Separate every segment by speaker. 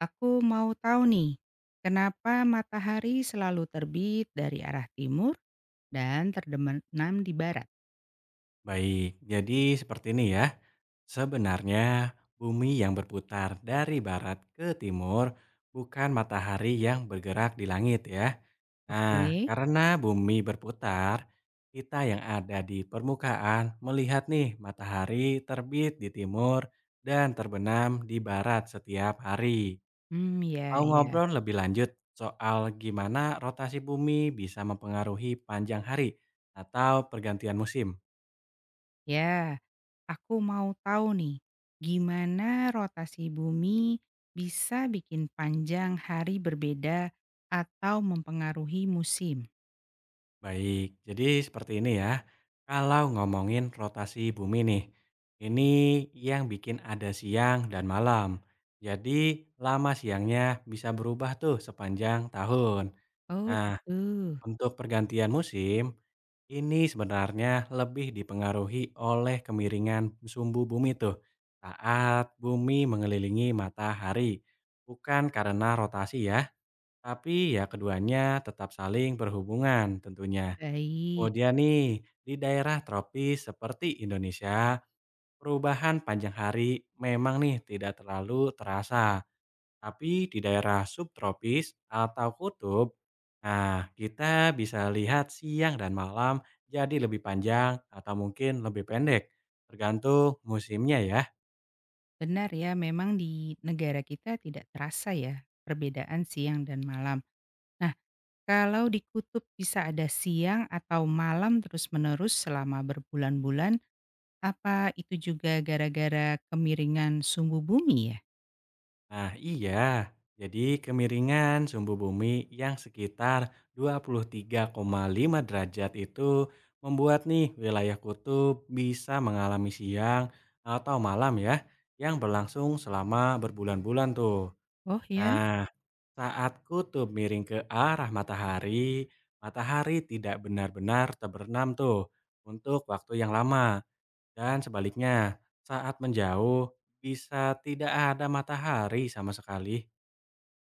Speaker 1: Aku mau tahu nih, kenapa matahari selalu terbit dari arah timur dan terbenam di barat?
Speaker 2: Baik, jadi seperti ini ya. Sebenarnya bumi yang berputar dari barat ke timur bukan matahari yang bergerak di langit ya. Nah,
Speaker 1: Oke.
Speaker 2: karena bumi berputar, kita yang ada di permukaan melihat nih matahari terbit di timur dan terbenam di barat setiap hari.
Speaker 1: Hmm, ya
Speaker 2: Mau
Speaker 1: ya.
Speaker 2: ngobrol lebih lanjut soal gimana rotasi bumi bisa mempengaruhi panjang hari atau pergantian musim?
Speaker 1: Ya, aku mau tahu nih, gimana rotasi bumi bisa bikin panjang hari berbeda atau mempengaruhi musim?
Speaker 2: Baik, jadi seperti ini ya. Kalau ngomongin rotasi bumi nih, ini yang bikin ada siang dan malam. Jadi lama siangnya bisa berubah tuh sepanjang tahun.
Speaker 1: Oh,
Speaker 2: Nah,
Speaker 1: gitu.
Speaker 2: untuk pergantian musim, ini sebenarnya lebih dipengaruhi oleh kemiringan sumbu bumi tuh saat bumi mengelilingi matahari. Bukan karena rotasi ya, tapi ya keduanya tetap saling berhubungan tentunya.
Speaker 1: Baik.
Speaker 2: Kemudian nih, di daerah tropis seperti Indonesia, perubahan panjang hari memang nih tidak terlalu terasa. Tapi di daerah subtropis atau kutub, nah kita bisa lihat siang dan malam jadi lebih panjang atau mungkin lebih pendek, tergantung musimnya ya.
Speaker 1: Benar ya, memang di negara kita tidak terasa ya perbedaan siang dan malam. Kalau di kutub bisa ada siang atau malam terus-menerus selama berbulan-bulan, apa itu juga gara-gara kemiringan sumbu bumi ya?
Speaker 2: Nah, iya. Jadi kemiringan sumbu bumi yang sekitar 23,5 derajat itu membuat nih wilayah kutub bisa mengalami siang atau malam ya yang berlangsung selama berbulan-bulan tuh.
Speaker 1: Oh ya?
Speaker 2: Nah, saat kutub miring ke arah matahari, matahari tidak benar-benar terbenam tuh untuk waktu yang lama. Dan sebaliknya, saat menjauh bisa tidak ada matahari sama sekali.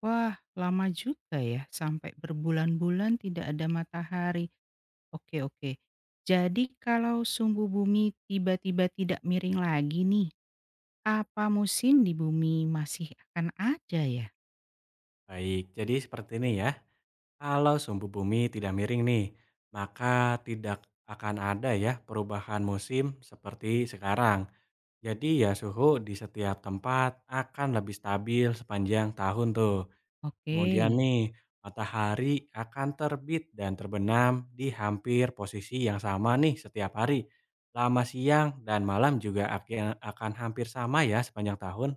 Speaker 1: Wah, lama juga ya sampai berbulan-bulan tidak ada matahari. Oke, oke. Jadi kalau sumbu bumi tiba-tiba tidak miring lagi nih, apa musim di bumi masih akan ada ya?
Speaker 2: Baik, jadi seperti ini ya. Kalau sumbu bumi tidak miring nih, maka tidak akan ada ya perubahan musim seperti sekarang. Jadi ya suhu di setiap tempat akan lebih stabil sepanjang tahun tuh.
Speaker 1: Oke.
Speaker 2: Kemudian nih, matahari akan terbit dan terbenam di hampir posisi yang sama nih setiap hari. Lama siang dan malam juga akan hampir sama ya sepanjang tahun.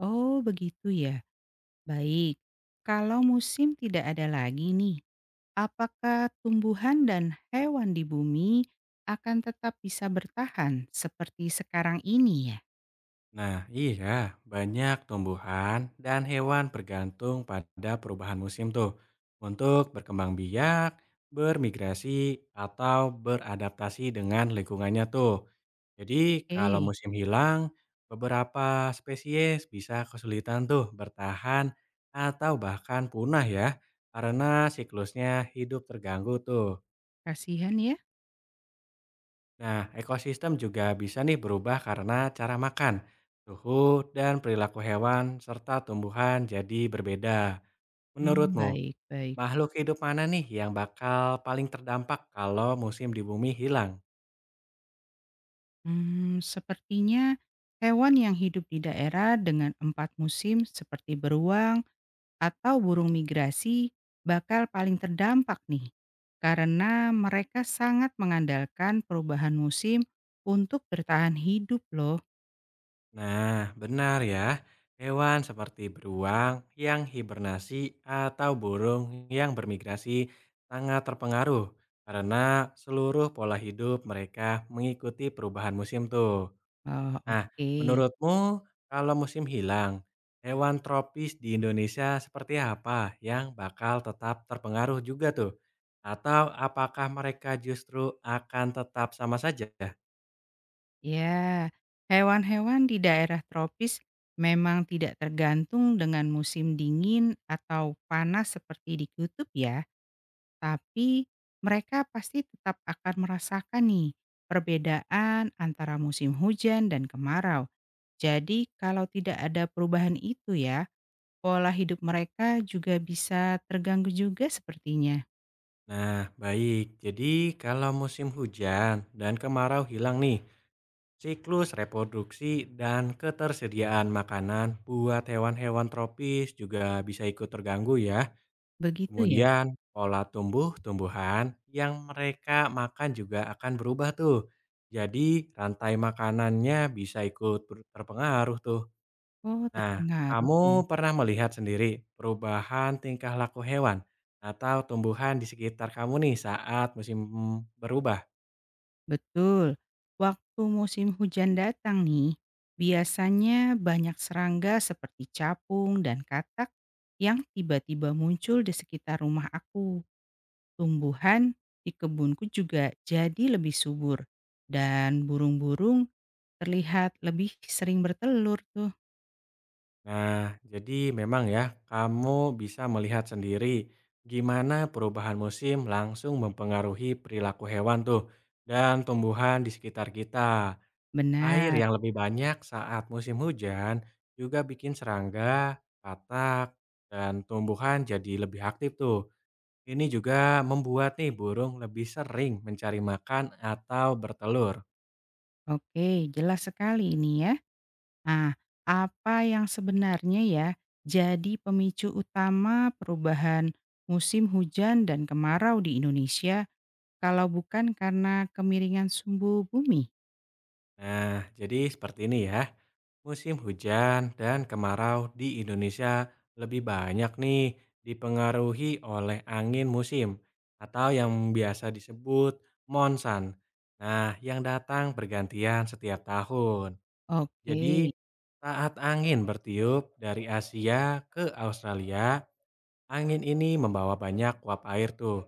Speaker 1: Oh, begitu ya. Baik. Kalau musim tidak ada lagi nih, apakah tumbuhan dan hewan di bumi akan tetap bisa bertahan seperti sekarang ini ya?
Speaker 2: Nah, iya, banyak tumbuhan dan hewan bergantung pada perubahan musim tuh untuk berkembang biak, bermigrasi, atau beradaptasi dengan lingkungannya tuh. Jadi kalau
Speaker 1: Eh,
Speaker 2: musim hilang, beberapa spesies bisa kesulitan tuh bertahan atau bahkan punah ya, karena siklusnya hidup terganggu tuh.
Speaker 1: kasihan ya.
Speaker 2: Nah, ekosistem juga bisa nih berubah karena cara makan, suhu, dan perilaku hewan serta tumbuhan jadi berbeda.
Speaker 1: Hmm,
Speaker 2: Menurutmu,
Speaker 1: baik baik.
Speaker 2: makhluk hidup mana nih yang bakal paling terdampak kalau musim di bumi hilang?
Speaker 1: Hmm, sepertinya hewan yang hidup di daerah dengan 4 musim seperti beruang atau burung migrasi bakal paling terdampak nih, karena mereka sangat mengandalkan perubahan musim untuk bertahan hidup loh.
Speaker 2: Nah, benar ya. Hewan seperti beruang yang hibernasi atau burung yang bermigrasi sangat terpengaruh karena seluruh pola hidup mereka mengikuti perubahan musim tuh.
Speaker 1: Oh,
Speaker 2: Nah,
Speaker 1: oke.
Speaker 2: menurutmu kalau musim hilang, hewan tropis di Indonesia seperti apa yang bakal tetap terpengaruh juga tuh? Atau apakah mereka justru akan tetap sama saja?
Speaker 1: Ya, hewan-hewan di daerah tropis memang tidak tergantung dengan musim dingin atau panas seperti di kutub ya, tapi mereka pasti tetap akan merasakan nih perbedaan antara musim hujan dan kemarau. Jadi kalau tidak ada perubahan itu ya, pola hidup mereka juga bisa terganggu juga sepertinya.
Speaker 2: Nah, baik. Jadi kalau musim hujan dan kemarau hilang nih, siklus reproduksi dan ketersediaan makanan buat hewan-hewan tropis juga bisa ikut terganggu ya.
Speaker 1: Begitu ya?
Speaker 2: Kemudian pola tumbuh-tumbuhan yang mereka makan juga akan berubah tuh. Jadi rantai makanannya bisa ikut terpengaruh tuh.
Speaker 1: Oh,
Speaker 2: Nah,
Speaker 1: terpengaruh
Speaker 2: kamu
Speaker 1: ya.
Speaker 2: pernah melihat sendiri perubahan tingkah laku hewan atau tumbuhan di sekitar kamu nih saat musim berubah?
Speaker 1: Betul. Waktu musim hujan datang nih, biasanya banyak serangga seperti capung dan katak yang tiba-tiba muncul di sekitar rumah aku. Tumbuhan di kebunku juga jadi lebih subur dan burung-burung terlihat lebih sering bertelur tuh.
Speaker 2: Nah, jadi memang ya, kamu bisa melihat sendiri gimana perubahan musim langsung mempengaruhi perilaku hewan tuh dan tumbuhan di sekitar kita. Air
Speaker 1: Benar.
Speaker 2: yang lebih banyak saat musim hujan juga bikin serangga, katak, dan tumbuhan jadi lebih aktif tuh. Ini juga membuat nih burung lebih sering mencari makan atau bertelur.
Speaker 1: Oke, jelas sekali ini ya. Nah, apa yang sebenarnya ya jadi pemicu utama perubahan musim hujan dan kemarau di Indonesia kalau bukan karena kemiringan sumbu bumi?
Speaker 2: Nah, jadi seperti ini ya. Musim hujan dan kemarau di Indonesia lebih banyak nih dipengaruhi oleh angin musim atau yang biasa disebut monsun. Nah, yang datang bergantian setiap tahun.
Speaker 1: Oke,
Speaker 2: Jadi, saat angin bertiup dari Asia ke Australia, angin ini membawa banyak uap air tuh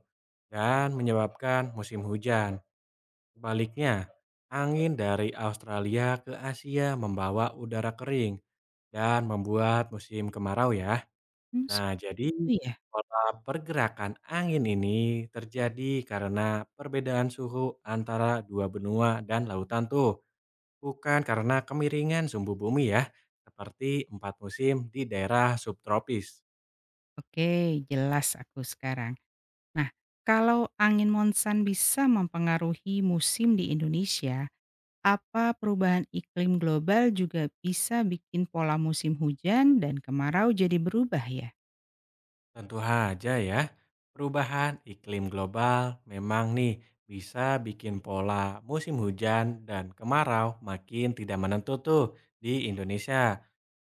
Speaker 2: dan menyebabkan musim hujan. Sebaliknya, angin dari Australia ke Asia membawa udara kering dan membuat musim kemarau ya.
Speaker 1: hmm,
Speaker 2: Nah,
Speaker 1: seperti
Speaker 2: jadi
Speaker 1: ya.
Speaker 2: pola pergerakan angin ini terjadi karena perbedaan suhu antara dua benua dan lautan tuh, bukan karena kemiringan sumbu bumi ya, seperti empat musim di daerah subtropis.
Speaker 1: Oke, jelas aku sekarang. Nah, kalau angin monsan bisa mempengaruhi musim di Indonesia, apa perubahan iklim global juga bisa bikin pola musim hujan dan kemarau jadi berubah ya?
Speaker 2: Tentu saja ya, perubahan iklim global memang nih bisa bikin pola musim hujan dan kemarau makin tidak menentu tuh di Indonesia.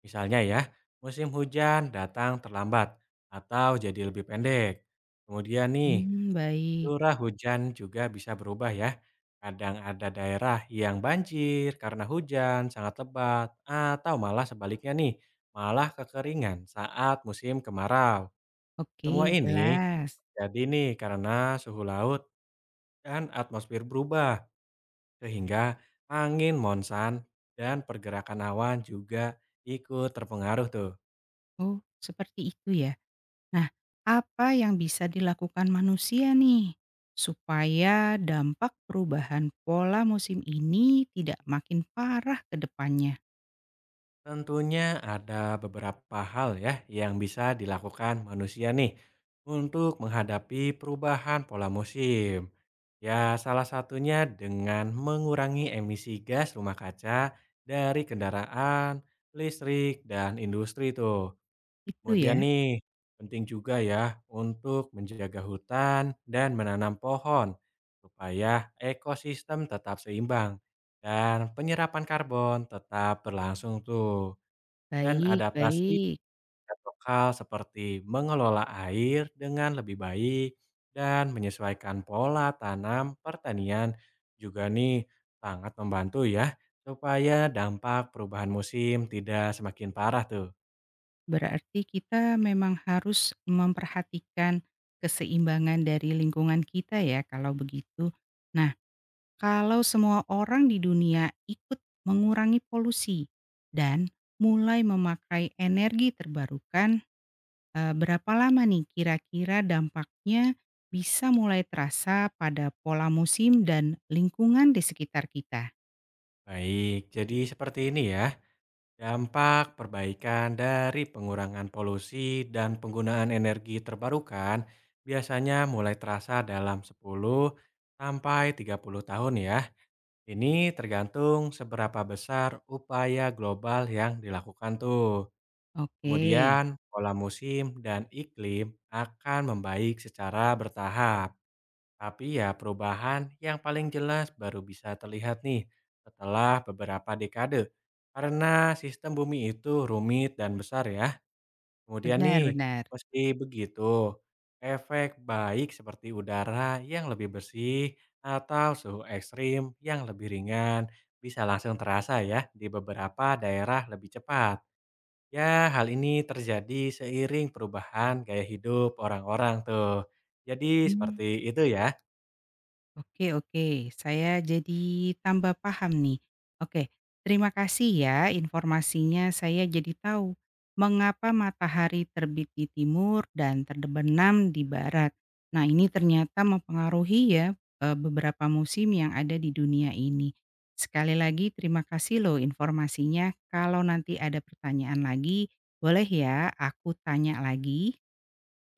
Speaker 2: Misalnya ya, musim hujan datang terlambat atau jadi lebih pendek. Kemudian nih,
Speaker 1: Hmm, baik.
Speaker 2: curah hujan juga bisa berubah ya. Kadang ada daerah yang banjir karena hujan sangat lebat atau malah sebaliknya nih, malah kekeringan saat musim kemarau. Semua
Speaker 1: Oke,
Speaker 2: ini
Speaker 1: jelas.
Speaker 2: jadi nih karena suhu laut dan atmosfer berubah, sehingga angin monsan dan pergerakan awan juga ikut terpengaruh tuh.
Speaker 1: Oh, seperti itu ya. Nah, apa yang bisa dilakukan manusia nih supaya dampak perubahan pola musim ini tidak makin parah ke depannya?
Speaker 2: Tentunya ada beberapa hal ya yang bisa dilakukan manusia nih untuk menghadapi perubahan pola musim. Ya, salah satunya dengan mengurangi emisi gas rumah kaca dari kendaraan, listrik, dan industri tuh.
Speaker 1: Itu
Speaker 2: Kemudian
Speaker 1: ya.
Speaker 2: nih, penting juga ya untuk menjaga hutan dan menanam pohon supaya ekosistem tetap seimbang dan penyerapan karbon tetap berlangsung tuh. Dan
Speaker 1: Baik,
Speaker 2: adaptasi
Speaker 1: baik.
Speaker 2: tingkat lokal seperti mengelola air dengan lebih baik dan menyesuaikan pola tanam pertanian juga nih sangat membantu ya supaya dampak perubahan musim tidak semakin parah tuh.
Speaker 1: Berarti kita memang harus memperhatikan keseimbangan dari lingkungan kita ya kalau begitu. Nah, kalau semua orang di dunia ikut mengurangi polusi dan mulai memakai energi terbarukan, berapa lama nih kira-kira dampaknya bisa mulai terasa pada pola musim dan lingkungan di sekitar kita?
Speaker 2: Baik, jadi seperti ini ya. Dampak perbaikan dari pengurangan polusi dan penggunaan energi terbarukan biasanya mulai terasa dalam 10 sampai 30 tahun ya. Ini tergantung seberapa besar upaya global yang dilakukan tuh.
Speaker 1: Oke,
Speaker 2: Kemudian pola musim dan iklim akan membaik secara bertahap. Tapi ya perubahan yang paling jelas baru bisa terlihat nih setelah beberapa dekade. Karena sistem bumi itu rumit dan besar ya. Kemudian
Speaker 1: benar
Speaker 2: nih,
Speaker 1: benar.
Speaker 2: meski begitu, efek baik seperti udara yang lebih bersih atau suhu ekstrim yang lebih ringan bisa langsung terasa ya di beberapa daerah lebih cepat. Ya, hal ini terjadi seiring perubahan gaya hidup orang-orang tuh. Jadi
Speaker 1: Mmm.
Speaker 2: seperti itu ya.
Speaker 1: Oke oke, saya jadi tambah paham nih. Oke, terima kasih ya informasinya. Saya jadi tahu mengapa matahari terbit di timur dan terbenam di barat. Nah, ini ternyata mempengaruhi ya beberapa musim yang ada di dunia ini. Sekali lagi terima kasih loh informasinya. Kalau nanti ada pertanyaan lagi, boleh ya aku tanya lagi?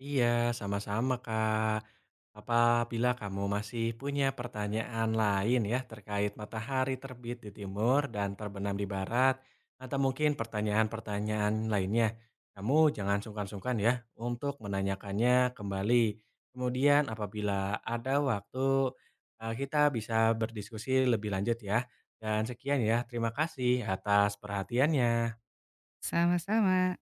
Speaker 2: Iya, sama-sama, Kak. Apabila kamu masih punya pertanyaan lain ya terkait matahari terbit di timur dan terbenam di barat, atau mungkin pertanyaan-pertanyaan lainnya, kamu jangan sungkan-sungkan ya untuk menanyakannya kembali. Kemudian apabila ada waktu, kita bisa berdiskusi lebih lanjut ya. Dan sekian ya, terima kasih atas perhatiannya.
Speaker 1: Sama-sama.